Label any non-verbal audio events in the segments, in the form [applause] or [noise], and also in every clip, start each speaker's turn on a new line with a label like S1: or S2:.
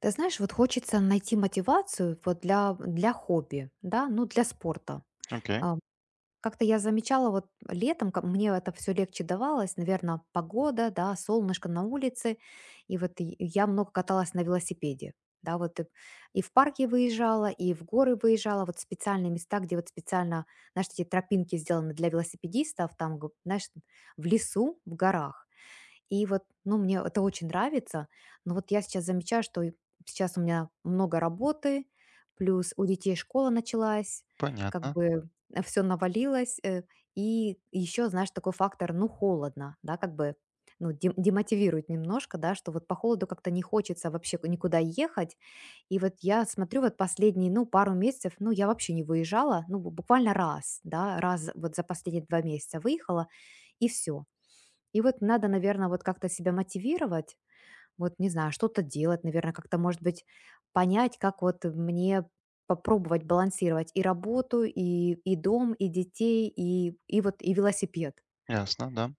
S1: Ты знаешь, вот хочется найти мотивацию вот для хобби, да, ну для спорта.
S2: Окей,
S1: А, Как-то я замечала, вот летом мне это все легче давалось, наверное, погода, да, солнышко на улице, и вот и я много каталась на велосипеде, да, вот и в парке выезжала, и в горы выезжала, вот специальные места, где вот специально, знаешь, эти тропинки сделаны для велосипедистов, там, знаешь, в лесу, в горах. И вот, ну, мне это очень нравится, но вот я сейчас замечаю, что и сейчас у меня много работы, плюс у детей школа началась, как
S2: понятно,
S1: бы все навалилось, и еще, знаешь, такой фактор, ну, холодно, да, как бы, ну, демотивирует немножко, да, что вот по холоду как-то не хочется вообще никуда ехать, и вот я смотрю, вот последние, ну, пару месяцев, ну, я вообще не выезжала, ну, буквально раз, да, раз вот за последние 2 месяца выехала, и все. И вот надо, наверное, вот как-то себя мотивировать, вот, не знаю, что-то делать, наверное, как-то, может быть, понять, как вот мне попробовать балансировать и работу, и дом, и детей, и вот, и велосипед.
S2: ясно, да.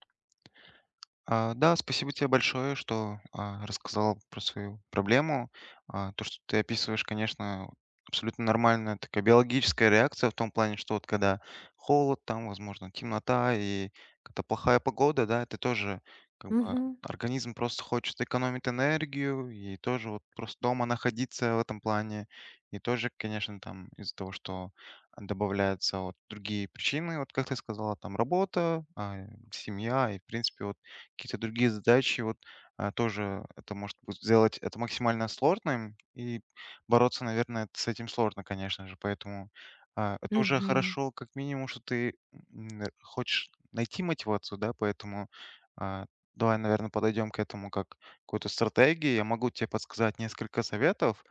S2: А, да, спасибо тебе большое, что рассказал про свою проблему. А, то, что ты описываешь, конечно, абсолютно нормальная такая биологическая реакция в том плане, что вот когда холод, там, возможно, темнота и какая-то плохая погода, да, это тоже как бы
S1: Мгм.
S2: организм просто хочет экономить энергию и тоже вот просто дома находиться в этом плане. И тоже, конечно, там из-за того, что добавляются вот другие причины, вот как ты сказала, там работа, семья и, в принципе, вот какие-то другие задачи, вот, тоже это может быть сделать это максимально сложным, и бороться, наверное, с этим сложно, конечно же. Поэтому, это уже
S1: Мгм.
S2: хорошо, как минимум, что ты, хочешь найти мотивацию, да, поэтому, а, давай, наверное, подойдем к этому как к какой-то стратегии. Я могу тебе подсказать несколько советов,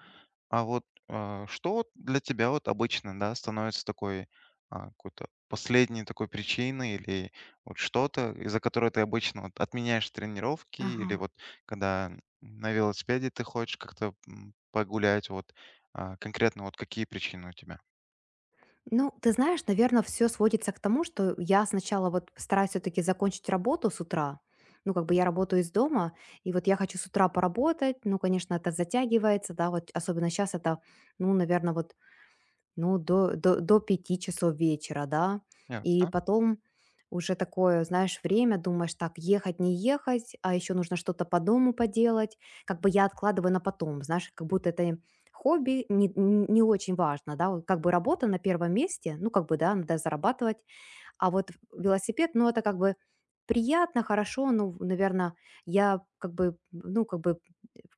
S2: а вот, что вот для тебя вот обычно, да, становится такой, какой-то последней такой причиной или вот что-то, из-за которой ты обычно вот отменяешь тренировки
S1: Ага.
S2: или вот когда на велосипеде ты хочешь как-то, погулять, вот, конкретно вот какие причины у тебя?
S1: Ну, ты знаешь, наверное, все сводится к тому, что я сначала вот стараюсь все-таки закончить работу с утра. Ну, как бы я работаю из дома, и вот я хочу с утра поработать. Ну, конечно, это затягивается, да, вот особенно сейчас это, ну, наверное, вот. Ну, до 5 часов вечера, да. И
S2: Ясно,
S1: потом уже такое, знаешь, время, думаешь, так, ехать, не ехать, а еще нужно что-то по дому поделать. Как бы я откладываю на потом, знаешь, как будто это хобби не очень важно, да, вот как бы работа на первом месте, ну, как бы, да, надо зарабатывать, а вот велосипед, ну, это как бы приятно, хорошо, ну, наверное, я как бы, ну, как бы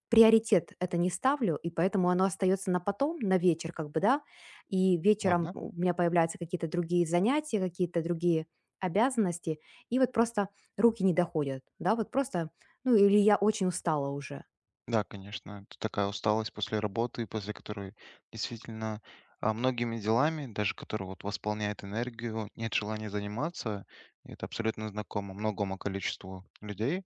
S1: приоритет это не ставлю, и поэтому оно остается на потом, на вечер как бы, да. И вечером
S2: ладно.
S1: у меня появляются какие-то другие занятия, какие-то другие обязанности, и вот просто руки не доходят, да, вот просто, ну или я очень устала уже.
S2: Да, конечно, это такая усталость после работы, после которой действительно многими делами, даже которые вот восполняют энергию, нет желания заниматься. И это абсолютно знакомо многому количеству людей.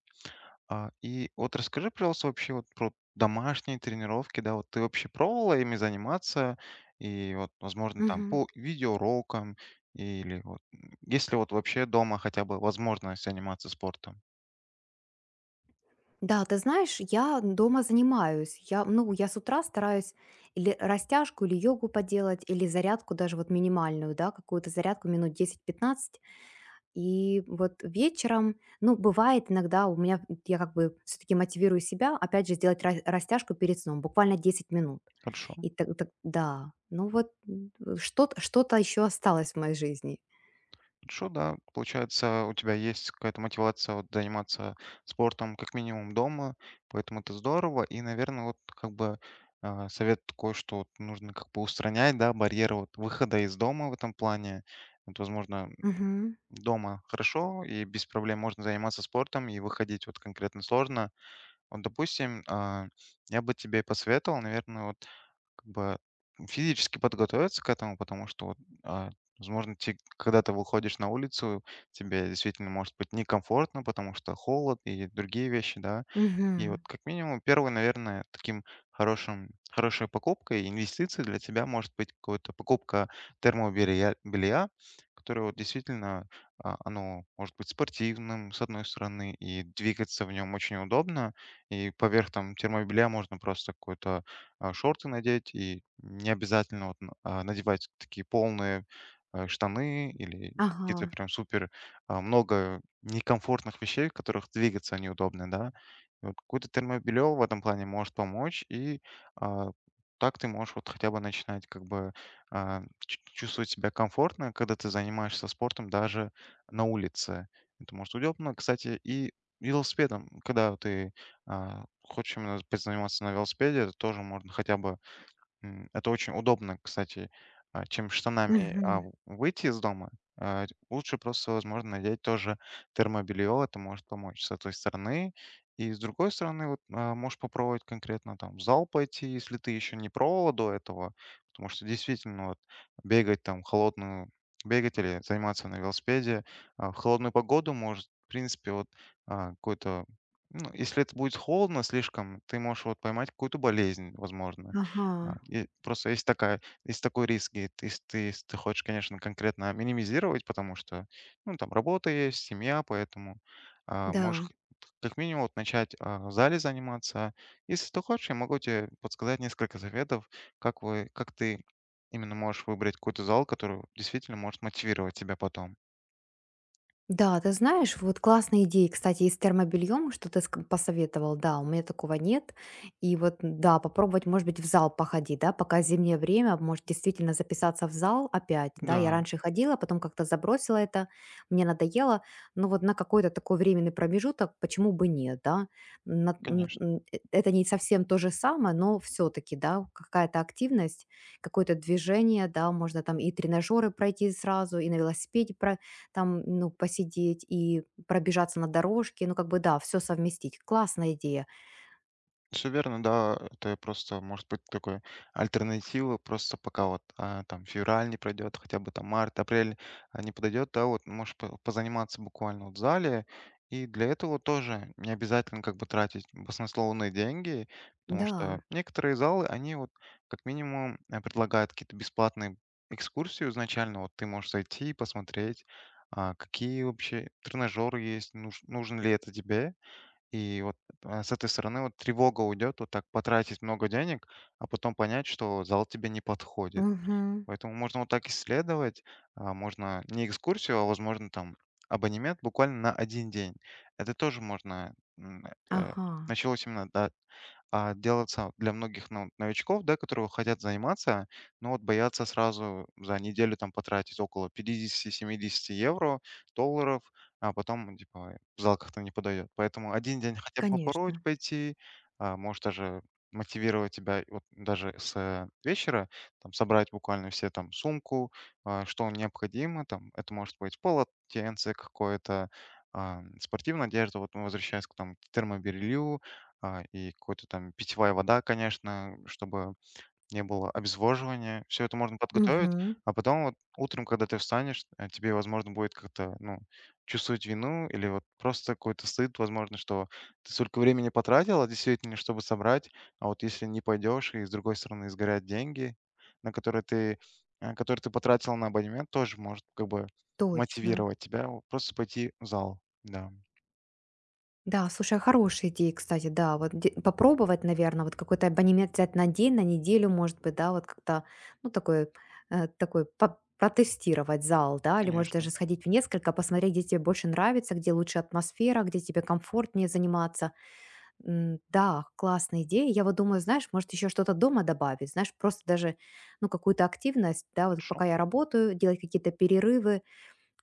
S2: И вот расскажи, пожалуйста, вообще вот про домашние тренировки, да, вот ты вообще пробовала ими заниматься, и вот, возможно, там
S1: Мгм.
S2: по видеоурокам, или вот, есть ли вот вообще дома хотя бы возможность заниматься спортом?
S1: Да, ты знаешь, я дома занимаюсь. Я с утра стараюсь или растяжку, или йогу поделать, или зарядку даже вот минимальную, да, какую-то зарядку минут 10-15. И вот вечером, ну, бывает иногда у меня, я как бы все-таки мотивирую себя, опять же, сделать растяжку перед сном, буквально 10 минут.
S2: Хорошо.
S1: И так, да, ну вот что-то еще осталось в моей жизни.
S2: Хорошо, да. Получается, у тебя есть какая-то мотивация вот заниматься спортом как минимум дома, поэтому это здорово. И, наверное, вот как бы совет такой, что вот нужно как бы устранять, да, барьеры вот выхода из дома в этом плане. Вот, возможно,
S1: Мгм.
S2: дома хорошо и без проблем можно заниматься спортом и выходить вот конкретно сложно. Вот, допустим, я бы тебе посоветовал, наверное, вот как бы физически подготовиться к этому, потому что вот, а, возможно, те, когда ты выходишь на улицу, тебе действительно может быть некомфортно, потому что холод и другие вещи, да. И
S1: Мгм.
S2: вот как минимум первый, наверное, таким хорошим хорошей покупкой, инвестицией для тебя может быть какая-то покупка термобелья, белья, которое вот действительно, оно может быть спортивным, с одной стороны, и двигаться в нем очень удобно. И поверх там термобелья можно просто какой-то шорты надеть, и не обязательно вот надевать такие полные штаны или какие-то
S1: Ага.
S2: прям супер много некомфортных вещей, в которых двигаться неудобно, да. И вот какое-то термобелье в этом плане может помочь, и а, так ты можешь вот хотя бы начинать как бы чувствовать себя комфортно, когда ты занимаешься спортом даже на улице. Это может удобно, кстати, и велосипедом, когда ты хочешь именно заниматься на велосипеде, это тоже можно хотя бы М, это очень удобно, кстати, чем штанами,
S1: Мгм.
S2: в выйти из дома. А, лучше просто, возможно, надеть тоже термобелье. Это может помочь с этой стороны. И с другой стороны, вот, можешь попробовать конкретно там в зал пойти, если ты еще не пробовал до этого. Потому что действительно вот бегать там холодную бегать или заниматься на велосипеде, в холодную погоду может, в принципе, вот, а, какой-то ну, если это будет холодно слишком, ты можешь вот поймать какую-то болезнь, возможно.
S1: Ага,
S2: И просто есть такой риск, и ты хочешь, конечно, конкретно минимизировать, потому что, ну, там работа есть, семья, поэтому, можешь
S1: да.
S2: х как минимум вот начать, в зале заниматься. Если ты хочешь, я могу тебе подсказать несколько советов, как вы как ты именно можешь выбрать какой-то зал, который действительно может мотивировать тебя потом.
S1: Да, ты знаешь, вот классная идея, кстати, и с термобельем, что ты посоветовал, да, у меня такого нет. И вот, да, попробовать, может быть, в зал походить, да, пока зимнее время, может, действительно записаться в зал опять, да, я
S2: Да,
S1: раньше ходила, потом как-то забросила это, мне надоело, но вот на какой-то такой временный промежуток, почему бы нет, да.
S2: конечно.
S1: Это не совсем то же самое, но все-таки, да, какая-то активность, какое-то движение, да, можно там и тренажеры пройти сразу, и на велосипеде там, ну, посидеть и пробежаться на дорожке. Ну, как бы да, все совместить. Классная идея.
S2: Всё верно, да. Это просто может быть такой альтернатива. Просто пока вот, там февраль не пройдет, хотя бы там март, апрель, не подойдет, да, вот можешь по позаниматься буквально вот в зале. И для этого тоже не обязательно как бы тратить баснословные деньги, потому что
S1: Да.
S2: некоторые залы, они вот как минимум, предлагают какие-то бесплатные экскурсии изначально. Вот ты можешь зайти и посмотреть, какие вообще тренажеры есть, нужно ли это тебе. И вот, с этой стороны вот тревога уйдет, вот так потратить много денег, а потом понять, что зал тебе не подходит.
S1: Мгм.
S2: Поэтому можно вот так исследовать, можно не экскурсию, а, возможно, там абонемент буквально на один день. Это тоже можно, это
S1: Ага.
S2: началось именно, да, делаться вот для многих новичков, да, которые хотят заниматься, но вот боятся сразу за неделю там потратить около пятидесяти-семидесяти евро, долларов, а потом типа в зал как-то не подойдет. Поэтому один день хотя бы попробовать
S1: Конечно.
S2: пойти, может даже мотивировать тебя вот даже с вечера, там собрать буквально все там сумку, что необходимо, там это может быть полотенце какое-то, спортивная одежда, вот ну, возвращаясь к термобелью, и какой-то там питьевая вода, конечно, чтобы не было обезвоживания. Все это можно подготовить,
S1: Мгм.
S2: а потом вот утром, когда ты встанешь, тебе, возможно, будет как-то, ну, чувствовать вину или вот просто какой-то стыд, возможно, что ты столько времени потратила действительно, чтобы собрать, а вот если не пойдешь и, с другой стороны, сгорят деньги, на которые ты, которые ты потратил на абонемент, тоже может как бы
S1: Точно.
S2: мотивировать тебя вот просто пойти в зал. Да,
S1: Да, слушай, хорошая идея, кстати, да, вот попробовать, наверное, вот какой-то абонемент взять на день, на неделю, может быть, да, вот как-то, ну, такой, такой протестировать зал, да, или может
S2: конечно.
S1: даже сходить в несколько, посмотреть, где тебе больше нравится, где лучше атмосфера, где тебе комфортнее заниматься. Да, классная идея. Я вот думаю, знаешь, может, еще что-то дома добавить, знаешь, просто даже, ну, какую-то активность, да, вот
S2: Хорошо.
S1: пока я работаю, делать какие-то перерывы,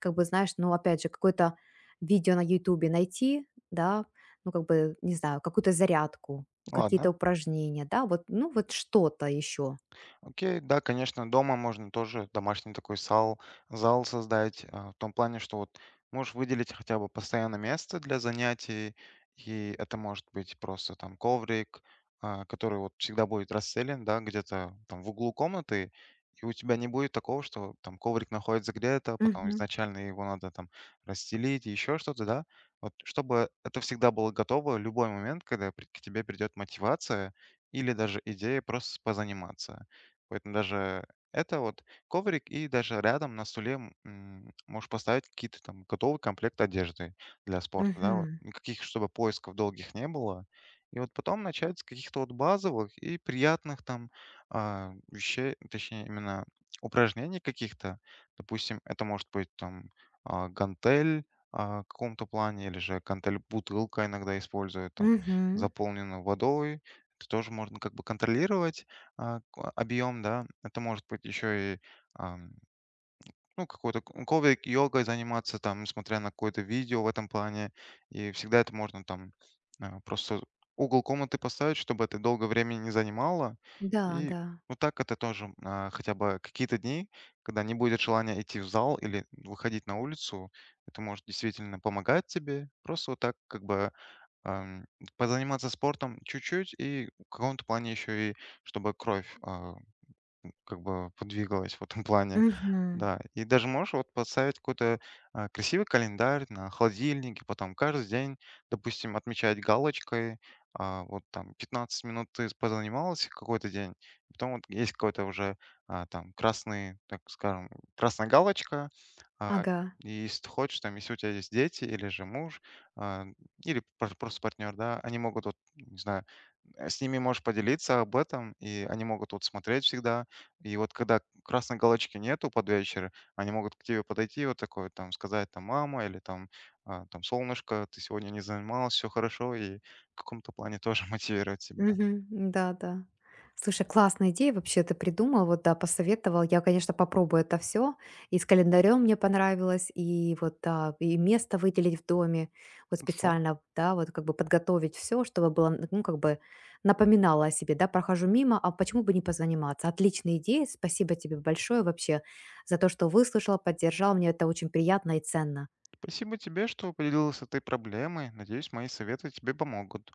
S1: как бы, знаешь, ну, опять же, какое-то видео на Ютубе найти, да, ну, как бы, не знаю, какую-то зарядку, какие-то
S2: Ладно.
S1: упражнения, да, вот, ну, вот что-то еще.
S2: Окей, да, конечно, дома можно тоже домашний такой зал создать, в том плане, что вот можешь выделить хотя бы постоянно место для занятий, и это может быть просто там коврик, который вот всегда будет расстелен, да, где-то там в углу комнаты, и у тебя не будет такого, что там коврик находится где-то, а потом
S1: Угу,
S2: изначально его надо там расстелить, еще что-то, да, вот чтобы это всегда было готово в любой момент, когда к тебе придет мотивация или даже идея просто позаниматься. Поэтому даже это вот коврик, и даже рядом на стуле можешь поставить какие-то там готовый комплект одежды для спорта, да, вот.
S1: угу,
S2: Никаких, чтобы поисков долгих не было. И вот потом начать с каких-то вот базовых и приятных там вещей, точнее, именно упражнений каких-то. Допустим, это может быть там гантель в каком-то плане, или же гантель бутылка иногда используют, там,
S1: угу.
S2: заполненную водой. Это тоже можно как бы контролировать объем, да. Это может быть еще и, ам, ну, какой-то к ковик-йогой заниматься, там, смотря на какое-то видео в этом плане. И всегда это можно там, просто угол комнаты поставить, чтобы это долго времени не занимало.
S1: Да,
S2: И
S1: да.
S2: вот так это тоже, хотя бы какие-то дни, когда не будет желания идти в зал или выходить на улицу, это может действительно помогать тебе. Просто вот так как бы, ам, позаниматься спортом чуть-чуть и в каком-то плане еще и чтобы кровь, как бы подвигалась в этом плане.
S1: Угу.
S2: Да, и даже можешь вот поставить какой-то, красивый календарь на холодильник, и потом каждый день, допустим, отмечать галочкой, вот там 15 минут ты позанималась какой-то день, потом вот есть какой-то уже, там красный, так скажем, красная галочка. А,
S1: Ага.
S2: и если ты хочешь, там, если у тебя есть дети или же муж, а, или партнер, да, они могут вот, не знаю, с ними можешь поделиться об этом, и они могут вот смотреть всегда. И вот когда красной галочки нету под вечер, они могут к тебе подойти вот такое, там, сказать, там, мама или там, там, солнышко, ты сегодня не занималась, все хорошо, и в каком-то плане тоже [laughs] мотивировать тебя.
S1: Мгм. Да, да. Слушай, классная идея вообще ты придумал, вот да, посоветовал. Я, конечно, попробую это все. И с календарем мне понравилось, и вот да, и место выделить в доме, вот
S2: Хорошо.
S1: специально, да, вот как бы подготовить все, чтобы было, ну, как бы напоминало о себе, да, прохожу мимо, а почему бы не позаниматься? Отличная идея, спасибо тебе большое вообще за то, что выслушала, поддержал, мне это очень приятно и ценно.
S2: Спасибо тебе, что поделилась этой проблемой. Надеюсь, мои советы тебе помогут.